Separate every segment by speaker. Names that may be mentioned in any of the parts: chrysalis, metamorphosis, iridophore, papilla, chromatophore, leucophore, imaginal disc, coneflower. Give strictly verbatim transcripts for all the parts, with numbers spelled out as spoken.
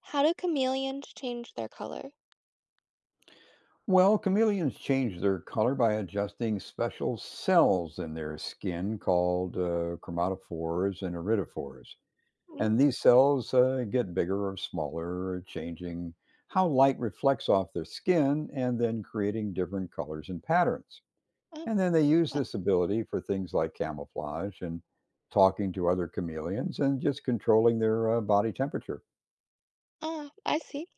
Speaker 1: How do chameleons change their color?
Speaker 2: Well, chameleons change their color by adjusting special cells in their skin called uh, chromatophores and iridophores.
Speaker 1: Mm.
Speaker 2: And these cells uh, get bigger or smaller, changing how light reflects off their skin and then creating different colors and patterns.
Speaker 1: Oh,
Speaker 2: And then they use
Speaker 1: what?
Speaker 2: this ability for things like camouflage and talking to other chameleons and just controlling their uh, body temperature.
Speaker 1: Ah, I see.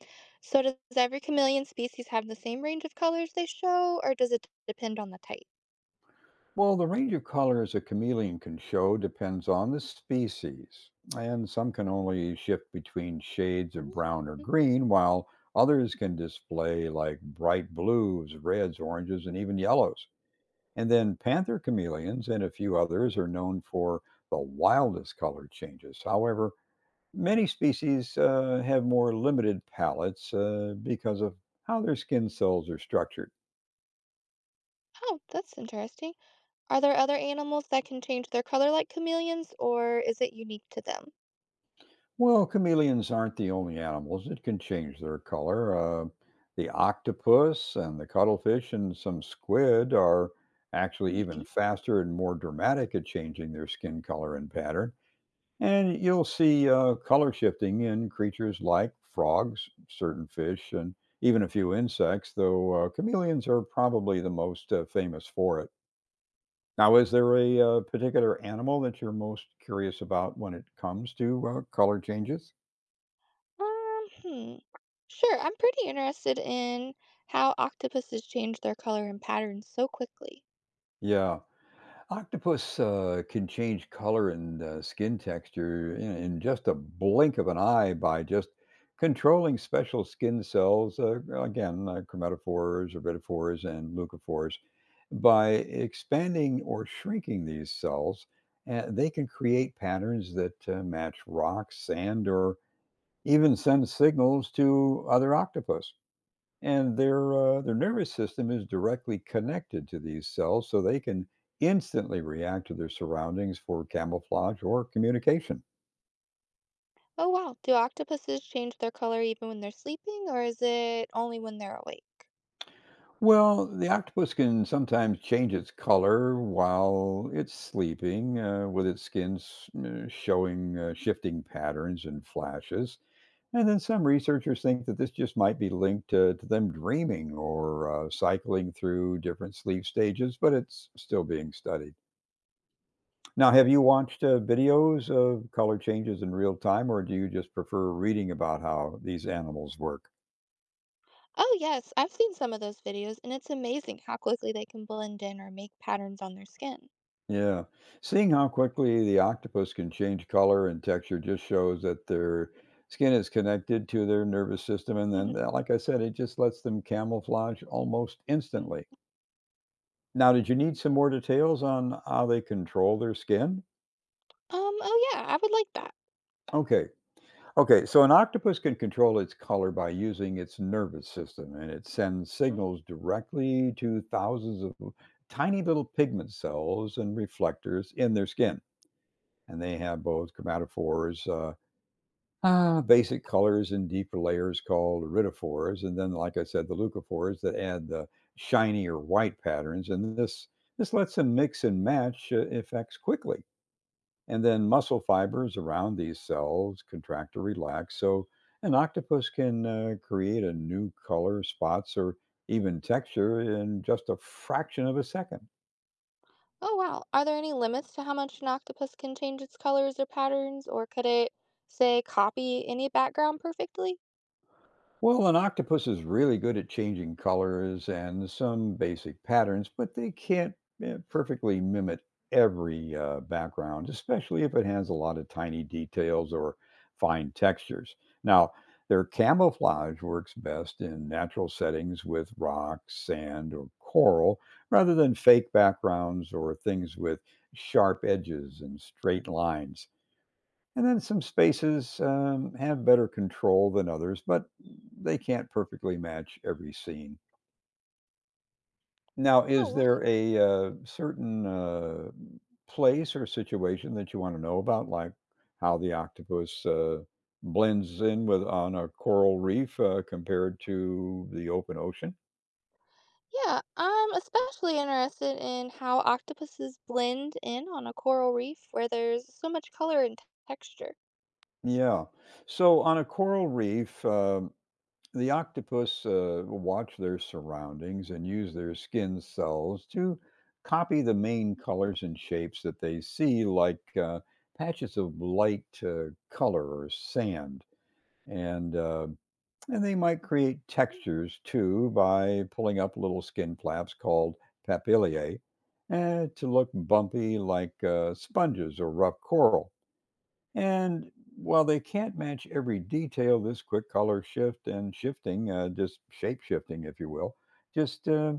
Speaker 1: So does every chameleon species have the same range of colors they show, or does it depend on the type?
Speaker 2: Well, the range of colors a chameleon can show depends on the species, and some can only shift between shades of
Speaker 1: Mm,
Speaker 2: brown or
Speaker 1: mm.
Speaker 2: green, while others can display like bright blues, reds, oranges, and even yellows. And then panther chameleons and a few others are known for the wildest color changes. However, many species uh, have more limited palettes uh, because of how their skin cells are structured.
Speaker 1: Oh, that's interesting. Are there other animals that can change their color like chameleons, or is it unique to them?
Speaker 2: Well, chameleons aren't the only animals that can change their color. Uh, the octopus and the cuttlefish and some squid are actually even
Speaker 1: Hmm.
Speaker 2: faster and more dramatic at changing their skin color and pattern. And you'll see uh, color shifting in creatures like frogs, certain fish, and even a few insects, though uh, chameleons are probably the most uh, famous for it. Now, is there a uh, particular animal that you're most curious about when it comes to uh, color changes?
Speaker 1: Um, hmm. Sure, I'm pretty interested in how octopuses change their color and patterns so quickly.
Speaker 2: Yeah. Octopus, uh, can change color and, uh, skin texture in in just a blink of an eye by just controlling special skin cells, uh, again, uh, chromatophores, iridophores, and leucophores. By expanding or shrinking these cells, uh, they can create patterns that, uh, match rocks, sand, or even send signals to other octopus and their uh, their nervous system is directly connected to these cells so they can instantly react to their surroundings for camouflage or communication.
Speaker 1: Oh, wow. Do octopuses change their color even when they're sleeping, or is it only when they're awake?
Speaker 2: Well, the octopus can sometimes change its color while it's sleeping, uh, with its skin s- uh, showing uh, shifting patterns and flashes. And then some researchers think that this just might be linked to, to them dreaming or uh, cycling through different sleep stages, but it's still being studied. Now, have you watched, uh, videos of color changes in real time, or do you just prefer reading about how these animals work?
Speaker 1: Oh, yes, I've seen some of those videos, and it's amazing how quickly they can blend in or make patterns on their skin.
Speaker 2: Yeah. Seeing how quickly the octopus can change color and texture just shows that their skin is connected to their nervous system. And then, uh,
Speaker 1: Hmm.
Speaker 2: like I said, it just lets them camouflage almost instantly. Now, did you need some more details on how they control their skin?
Speaker 1: Um, oh, yeah, I would like that.
Speaker 2: Okay. Okay, so an octopus can control its color by using its nervous system, and it sends signals directly to thousands of tiny little pigment cells and reflectors in their skin. And they have both chromatophores, uh, ah, basic colors, and deeper layers called iridophores, and then, like I said, the leucophores that add the shiny or white patterns. And this this lets them mix and match uh, effects quickly. And then muscle fibers around these cells contract or relax. So an octopus can uh, create a new color, spots, or even texture in just a fraction of a second.
Speaker 1: Oh, wow. Are there any limits to how much an octopus can change its colors or patterns, or could it, say, copy any background perfectly?
Speaker 2: Well, an octopus is really good at changing colors and some basic patterns, but they can't eh, perfectly mimic every uh, background, especially if it has a lot of tiny details or fine textures. Now, their camouflage works best in natural settings with rocks, sand, or coral, rather than fake backgrounds or things with sharp edges and straight lines. And then some spaces um, have better control than others, but they can't perfectly match every scene. Now,
Speaker 1: Oh,
Speaker 2: is
Speaker 1: wow.
Speaker 2: there a uh, certain uh, place or situation that you want to know about, like how the octopus uh, blends in with on a coral reef uh, compared to the open ocean?
Speaker 1: Yeah, I'm especially interested in how octopuses blend in on a coral reef where there's so much color and texture.
Speaker 2: Yeah. So on a coral reef, um, the octopus uh, watch their surroundings and use their skin cells to copy the main colors and shapes that they see, like uh, patches of light uh, color or sand. And uh, and they might create
Speaker 1: Mm.
Speaker 2: textures too by pulling up little skin flaps called papillae uh, to look bumpy, like uh, sponges or rough coral. And while they can't match every detail, this quick color shift and shifting, uh, just shape shifting, if you will, just uh,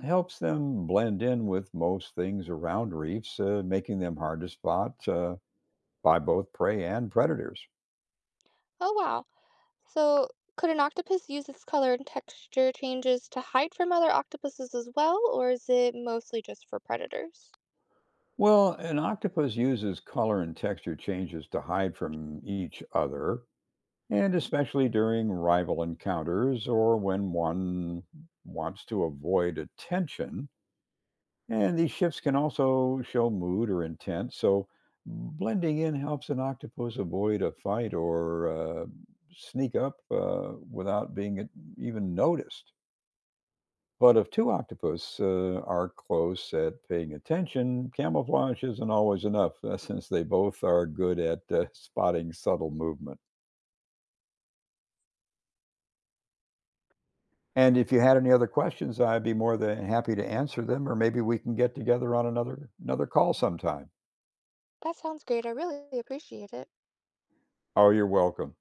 Speaker 2: helps them blend in with most things around reefs, uh, making them hard to spot uh, by both prey and predators.
Speaker 1: Oh, wow. So could an octopus use its color and texture changes to hide from other octopuses as well, or is it mostly just for predators?
Speaker 2: Well, an octopus uses color and texture changes to hide from each other, and especially during rival encounters or when one wants to avoid attention. And these shifts can also show mood or intent, so blending in helps an octopus avoid a fight or uh, sneak up uh, without being even noticed. But if two octopus uh, are close at paying attention, camouflage isn't always enough uh, since they both are good at uh, spotting subtle movement. And if you had any other questions, I'd be more than happy to answer them, or maybe we can get together on another another call sometime.
Speaker 1: That sounds great. I really appreciate it.
Speaker 2: Oh, you're welcome.